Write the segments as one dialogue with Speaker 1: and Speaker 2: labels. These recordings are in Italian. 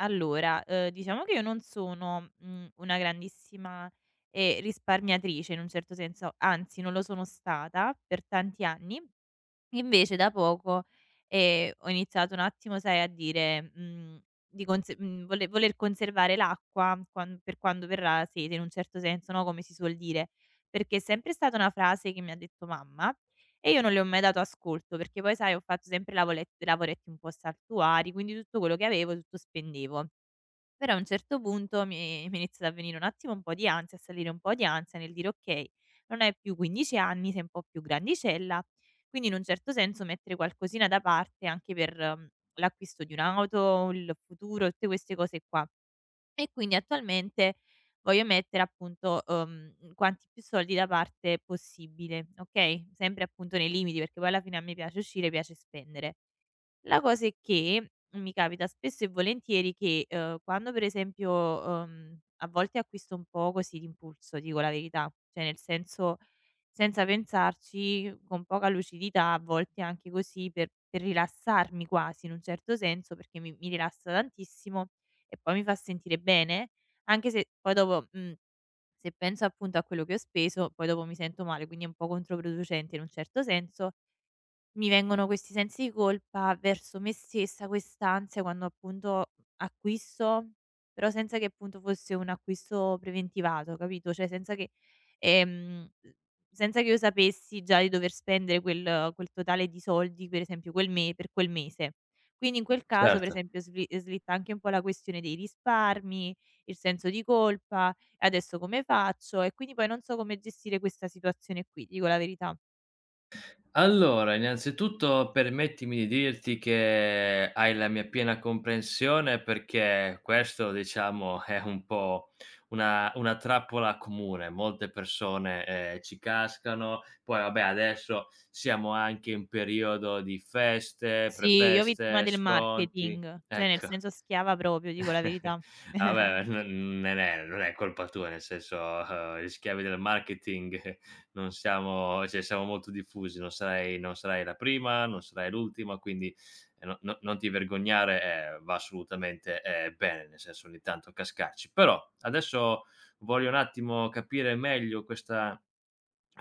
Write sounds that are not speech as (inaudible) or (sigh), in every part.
Speaker 1: Allora, diciamo che io non sono, una grandissima, risparmiatrice in un certo senso, anzi non lo sono stata per tanti anni. Invece da poco, ho iniziato un attimo, sai, a dire, di conse mhmm, vole voler conservare l'acqua quan per quando verrà sete in un certo senso, no, come si suol dire, perché è sempre stata una frase che mi ha detto mamma e io non le ho mai dato ascolto, perché poi sai ho fatto sempre lavolet lavoretti un po' saltuari, quindi tutto quello che avevo tutto spendevo. Però a un certo punto mi inizia ad avvenire un attimo un po' di ansia, a salire un po' di ansia nel dire: "Okay, non hai più 15 anni, sei un po' più grandicella, quindi in un certo senso mettere qualcosina da parte anche per, l'acquisto di un'auto, il futuro, tutte queste cose qua". E quindi attualmente voglio mettere appunto, quanti più soldi da parte possibile, okay, sempre appunto nei limiti, perché poi alla fine a me piace uscire, piace spendere. La cosa è che mi capita spesso e volentieri che, quando per esempio, a volte acquisto un po' così d'impulso, dico la verità, cioè nel senso senza pensarci, con poca lucidità, a volte anche così per rilassarmi quasi in un certo senso, perché mi rilassa tantissimo e poi mi fa sentire bene, anche se poi dopo, se penso appunto a quello che ho speso, poi dopo mi sento male, quindi è un po' controproducente in un certo senso. Mi vengono questi sensi di colpa verso me stessa, quest'ansia quando appunto acquisto, però senza che appunto fosse un acquisto preventivato, capito? Cioè senza che ehm, senza che io sapessi già di dover spendere quel totale di soldi, per esempio quel me per quel mese. Quindi in quel caso per
Speaker 2: Certo.
Speaker 1: esempio slitta anche un po' la questione dei risparmi, il senso di colpa: "Adesso come faccio?" E quindi poi non so come gestire questa situazione qui, ti dico la verità.
Speaker 2: Allora, innanzitutto permettimi di dirti che hai la mia piena comprensione perché questo, diciamo, (laughs) è un po' una trappola comune. Molte persone, ci cascano. Poi vabbè, adesso siamo anche in periodo di feste,
Speaker 1: Sì, io vittima
Speaker 2: prefeste,
Speaker 1: del
Speaker 2: sconti.
Speaker 1: marketing, cioè nel
Speaker 2: Ecco.
Speaker 1: senso schiava proprio, dico la
Speaker 2: (laughs)
Speaker 1: verità.
Speaker 2: Ah
Speaker 1: (laughs)
Speaker 2: beh, non non è non è colpa tua, nel senso, gli schiavi del marketing (laughs) non siamo cioè siamo molto diffusi, non sarai la prima, non sarai l'ultima, quindi, no, no, non ti vergognare, va assolutamente, bene, nel senso ogni tanto cascarci. Però adesso voglio un attimo capire meglio questa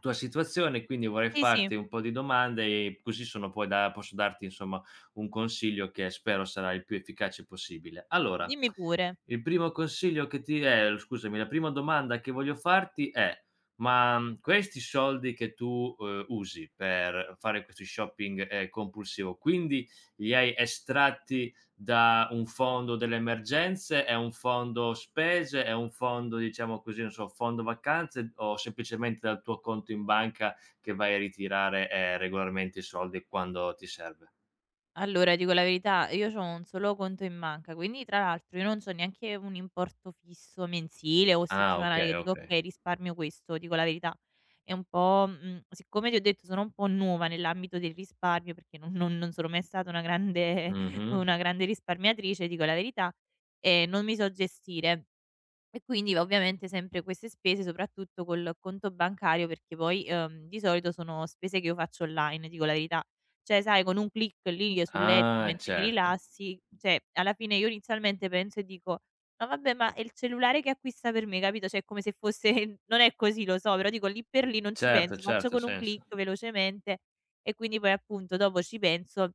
Speaker 2: tua situazione, quindi vorrei
Speaker 1: Sì, sì,
Speaker 2: farti un po' di domande e così sono poi da posso darti insomma un consiglio che spero sarà il più efficace possibile. Allora,
Speaker 1: dimmi pure.
Speaker 2: il primo consiglio che ti scusami, la prima domanda che voglio farti è: ma, questi soldi che tu, usi per fare questo shopping, compulsivo, quindi li hai estratti da un fondo delle emergenze? È un fondo spese? È un fondo, diciamo così, non so, fondo vacanze o semplicemente dal tuo conto in banca che vai a ritirare, regolarmente i soldi quando ti serve?
Speaker 1: Allora, dico la verità, io c'ho un solo conto in banca, quindi tra l'altro io non c'ho neanche un importo fisso mensile o
Speaker 2: Ah,
Speaker 1: settimanale che
Speaker 2: okay,
Speaker 1: dico:
Speaker 2: okay.
Speaker 1: "Okay, risparmio questo", dico la verità. È un po' siccome ti ho detto sono un po' nuova nell'ambito del risparmio, perché non sono mai stata una grande (laughs)
Speaker 2: Mh-mh.
Speaker 1: una grande risparmiatrice, dico la verità, non mi so gestire. E quindi va ovviamente sempre queste spese, soprattutto col conto bancario, perché poi, di solito sono spese che io faccio online, dico la verità. Cioè, sai, con un click lì sul letto
Speaker 2: Ah,
Speaker 1: mentre ti
Speaker 2: certo.
Speaker 1: rilassi, cioè alla fine io inizialmente penso e dico: "No vabbè, ma è il cellulare che acquista per me", capito? Cioè è come se fosse (laughs) non è così lo so, però dico lì per lì non ci
Speaker 2: Certo,
Speaker 1: penso, faccio
Speaker 2: certo, ha
Speaker 1: con un
Speaker 2: senso.
Speaker 1: click velocemente e quindi poi appunto dopo ci penso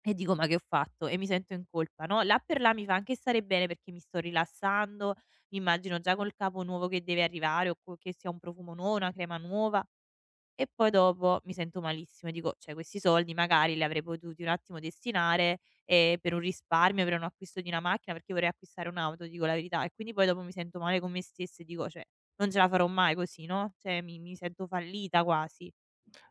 Speaker 1: e dico: "Ma che ho fatto?" E mi sento in colpa, no, là per là mi fa anche stare bene perché mi sto rilassando, mi immagino già col capo nuovo che deve arrivare o co che sia un profumo nuovo, una crema nuova e poi dopo mi sento malissimo e dico: "Cioè questi soldi magari li avrei potuti un attimo destinare, per un risparmio, per un acquisto di una macchina", perché vorrei acquistare un'auto, dico la verità, e quindi poi dopo mi sento male con me stessa e dico: "Cioè non ce la farò mai così", no, cioè mi sento fallita quasi.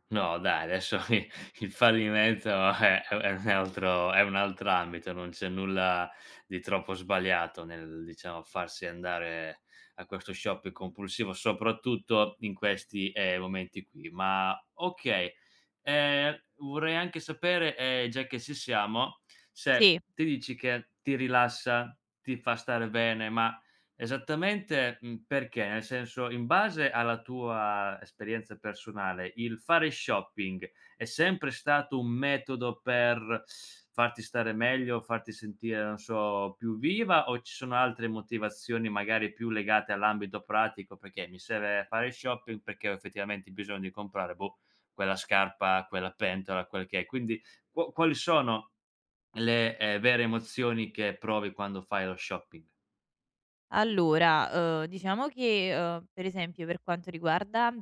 Speaker 2: No dai, adesso (laughs) i il fallimento è un altro ambito, non c'è nulla di troppo sbagliato nel, diciamo, farsi andare a questo shopping compulsivo, soprattutto in questi, momenti qui. Ma okay, vorrei anche sapere, già che ci siamo, se
Speaker 1: Sì.
Speaker 2: ti dici che ti rilassa, ti fa stare bene. Esattamente, perché? Nel senso, in base alla tua esperienza personale, il fare shopping è sempre stato un metodo per farti stare meglio, farti sentire, non so, più viva o ci sono altre motivazioni magari più legate all'ambito pratico? Perché mi serve fare shopping perché ho effettivamente bisogno di comprare, boh, quella scarpa, quella pentola, quel che è. Quindi quali sono le, vere emozioni che provi quando fai lo shopping?
Speaker 1: Allora, diciamo che, per esempio per quanto riguarda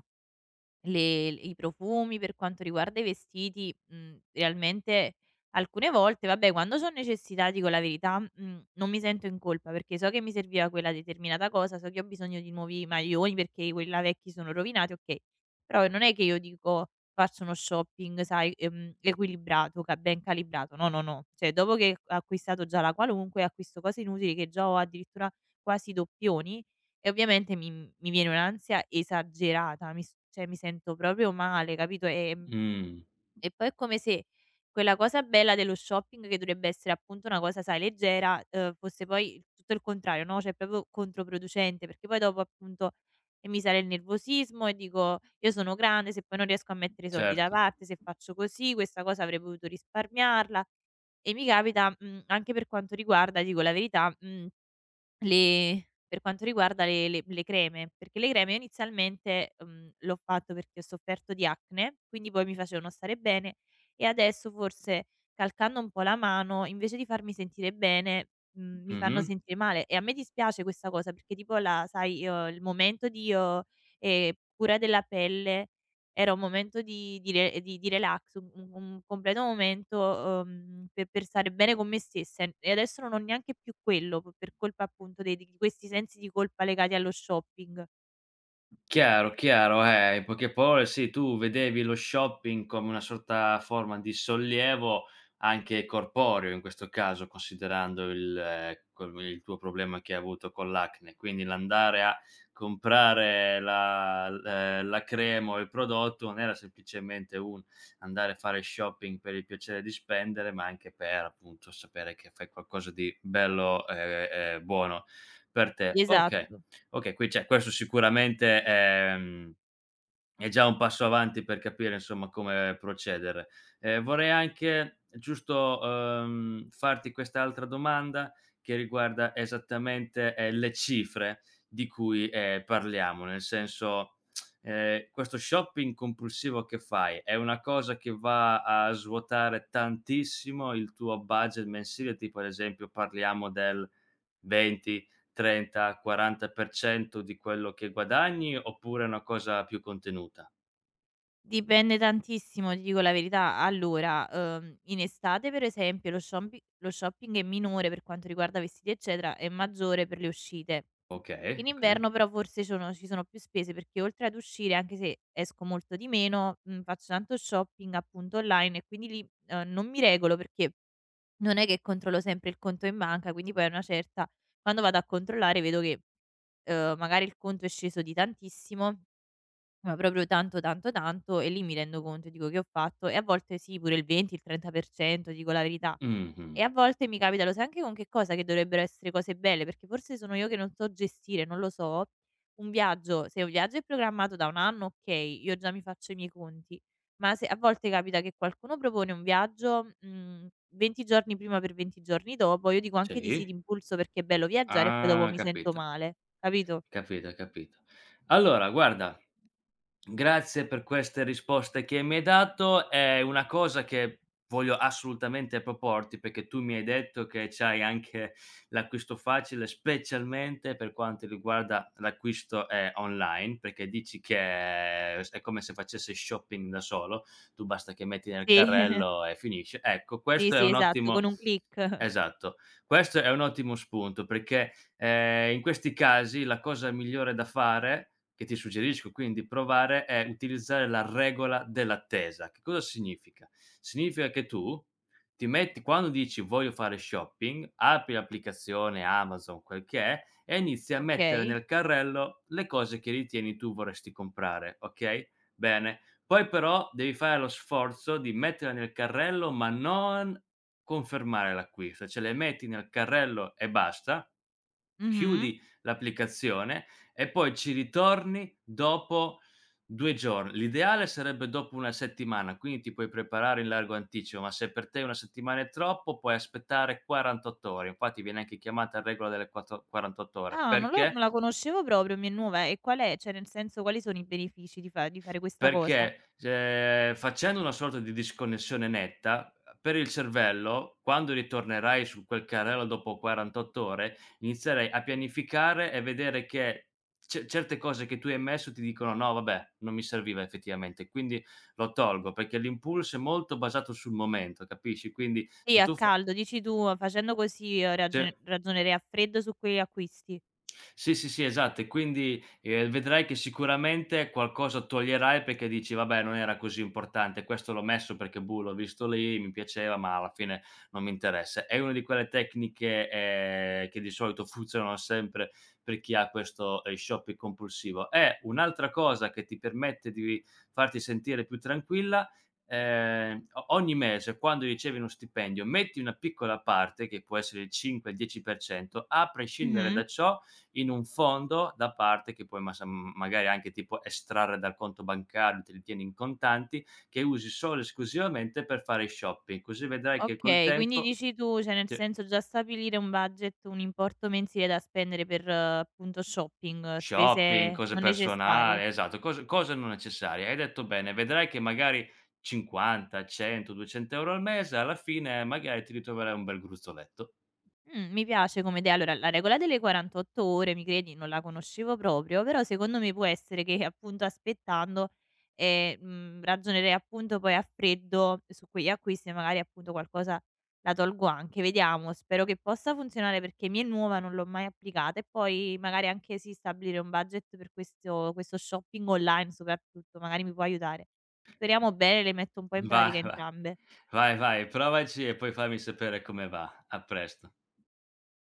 Speaker 1: le i profumi, per quanto riguarda i vestiti, realmente alcune volte, vabbè, quando c'ho necessità, dico la verità, non mi sento in colpa perché so che mi serviva quella determinata cosa, so che ho bisogno di nuovi maglioni perché quelli là vecchi sono rovinati, okay. Però non è che io dico faccio uno shopping, sai, equilibrato, ca ben calibrato. No, no, no. Cioè dopo che ho acquistato già la qualunque, acquisto cose inutili che già ho addirittura quasi doppioni, e ovviamente mi viene un'ansia esagerata, mi s cioè mi sento proprio male, capito,
Speaker 2: Mh.
Speaker 1: e poi è come se quella cosa bella dello shopping che dovrebbe essere appunto una cosa, sai, leggera, fosse poi il tutto il contrario, no, cioè proprio controproducente, perché poi dopo appunto e mi sale il nervosismo e dico: "Io sono grande, se poi non riesco a mettere i soldi da
Speaker 2: Certo.
Speaker 1: parte, se faccio così, questa cosa avrei potuto risparmiarla". E mi capita, anche per quanto riguarda, dico la verità, mhmm le per quanto riguarda le creme, perché le creme io inizialmente, l'ho fatto perché ho sofferto di acne, quindi poi mi facevano stare bene e adesso forse calcando un po' la mano, invece di farmi sentire bene, mi fanno
Speaker 2: Mh-mh.
Speaker 1: sentire male e a me dispiace questa cosa perché tipo la sai, il momento di, cura della pelle era un momento di re di relax, un completo momento, per stare bene con me stessa e adesso non ho neanche più quello p per colpa appunto de di questi sensi di colpa legati allo shopping.
Speaker 2: Chiaro, chiaro. In poche parole sì, tu vedevi lo shopping come una sorta forma di sollievo anche corporeo in questo caso, considerando il tuo problema che hai avuto con l'acne. Quindi l'andare a comprare la crema o il prodotto non era semplicemente un andare a fare shopping per il piacere di spendere, ma anche per, appunto, sapere che fai qualcosa di bello e buono per te. Okay.
Speaker 1: Esatto.
Speaker 2: Okay, qui cioè questo sicuramente, è già un passo avanti per capire insomma come procedere. Vorrei anche giusto, farti quest'altra domanda che riguarda esattamente, le cifre di cui, parliamo, nel senso, questo shopping compulsivo che fai è una cosa che va a svuotare tantissimo il tuo budget mensile, tipo ad esempio parliamo del 20, 30, 40% di quello che guadagni, oppure è una cosa più contenuta?
Speaker 1: Dipende tantissimo, ti dico la verità. Allora, in estate per esempio lo shopping è minore per quanto riguarda vestiti eccetera, è maggiore per le uscite.
Speaker 2: Okay,
Speaker 1: In
Speaker 2: okay.
Speaker 1: inverno però forse sono ci sono più spese perché oltre ad uscire, anche se esco molto di meno, faccio tanto shopping appunto online e quindi lì, non mi regolo perché non è che controllo sempre il conto in banca, quindi poi a una certa, quando vado a controllare vedo che, magari il conto è sceso di tantissimo ma proprio tanto, tanto, tanto e lì mi rendo conto, dico: "Che ho fatto?" E a volte sì, pure il 20, il 30%, dico la verità. E
Speaker 2: Mh-mh.
Speaker 1: a volte mi capita, lo sai anche con che cosa? Che dovrebbero essere cose belle, perché forse sono io che non so gestire, non lo so. Un viaggio se un viaggio è programmato da 1 anno, okay, io già mi faccio i miei conti, ma se a volte capita che qualcuno propone un viaggio, 20 giorni prima per 20 giorni dopo, io dico anche di sì
Speaker 2: Sì.
Speaker 1: d'impulso perché è bello viaggiare e poi dopo
Speaker 2: Ah,
Speaker 1: mi sento
Speaker 2: capito,
Speaker 1: male, capito?
Speaker 2: capito, capito. Allora, guarda, grazie per queste risposte che mi hai dato. È una cosa che voglio assolutamente proporti, perché tu mi hai detto che c'hai anche l'acquisto facile, specialmente per quanto riguarda l'acquisto, online, perché dici che s è come se facessi shopping da solo, tu basta che metti nel
Speaker 1: Sì, (laughs)
Speaker 2: carrello e finisce. Ecco,
Speaker 1: sì,
Speaker 2: questo è
Speaker 1: sì,
Speaker 2: un
Speaker 1: esatto, con
Speaker 2: ottimo.
Speaker 1: un click.
Speaker 2: Esatto. Questo è un ottimo spunto perché, in questi casi la cosa migliore da fare, che ti suggerisco quindi provare, è utilizzare la regola dell'attesa. Che cosa significa? Significa che tu ti metti quando dici: "Voglio fare shopping", apri l'applicazione Amazon, quel che è, e inizi a mettere
Speaker 1: Okay.
Speaker 2: nel carrello le cose che ritieni tu vorresti comprare, okay? Bene, poi però devi fare lo sforzo di metterla nel carrello, ma non confermare l'acquisto, cioè le metti nel carrello e basta,
Speaker 1: Mh-mh.
Speaker 2: chiudi l'applicazione e poi ci ritorni dopo 2 giorn l'ideale sarebbe dopo 1 settimana, quindi ti puoi preparare in largo anticipo, ma se per te 1 settimana è troppo puoi aspettare 48 ore. Infatti viene anche chiamata regola delle quattro 48 ore.
Speaker 1: Ah, non
Speaker 2: perché
Speaker 1: la conoscevo proprio, mi è nuova. E qual è cioè, nel senso, quali sono i benefici di fa di fare questa cosa?
Speaker 2: Perché, ehm, facendo una sorta di disconnessione netta per il cervello, quando ritornerai su quel carrello dopo 48 ore, inizierai a pianificare e vedere che ce certe cose che tu hai messo ti dicono: "No vabbè, non mi serviva effettivamente, quindi lo tolgo", perché l'impulso è molto basato sul momento, capisci? Quindi
Speaker 1: Sì,
Speaker 2: se
Speaker 1: a
Speaker 2: tu fa
Speaker 1: caldo, dici tu, facendo così,
Speaker 2: se
Speaker 1: ragionerei a freddo su quegli acquisti.
Speaker 2: sì, sì, sì, esatto. E quindi, vedrai che sicuramente qualcosa toglierai perché dici: "Vabbè, non era così importante, questo l'ho messo perché, boh, l'ho visto lì, mi piaceva, ma alla fine non mi interessa". È una di quelle tecniche, che di solito funzionano sempre per chi ha questo, shopping compulsivo. E un'altra cosa che ti permette di farti sentire più tranquilla, o ogni mese quando ricevi uno stipendio, metti una piccola parte, che può essere il 5, il 10%, a prescindere
Speaker 1: Mh-mh.
Speaker 2: da ciò in un fondo da parte che puoi ma sa magari anche tipo estrarre dal conto bancario, te li tieni in contanti, che usi solo e esclusivamente per fare shopping. Così vedrai che col
Speaker 1: Okay, quindi
Speaker 2: tempo
Speaker 1: dici tu, cioè, nel
Speaker 2: sì,
Speaker 1: senso, già stabilire un budget, un importo mensile da spendere per, appunto, shopping,
Speaker 2: shopping,
Speaker 1: spese
Speaker 2: cose
Speaker 1: non necessarie.
Speaker 2: personali, esatto, cose non necessarie. Hai detto bene, vedrai che magari 50, 100, 200 € al mese, alla fine magari ti ritroverai un bel gruzzoletto.
Speaker 1: Mi piace come idea. Allora, la regola delle 48 ore, mi credi, non la conoscevo proprio, però secondo me può essere che appunto aspettando, ragionerei appunto poi a freddo su quegli acquisti e magari appunto qualcosa la tolgo anche. Vediamo, spero che possa funzionare perché mi è nuova, non l'ho mai applicata e poi magari anche sì, stabilire un budget per questo shopping online soprattutto, magari mi può aiutare. Speriamo bene, le metto un po' in
Speaker 2: Va
Speaker 1: pratica
Speaker 2: va
Speaker 1: entrambe.
Speaker 2: vai, vai, provaci e poi fammi sapere come va. A presto.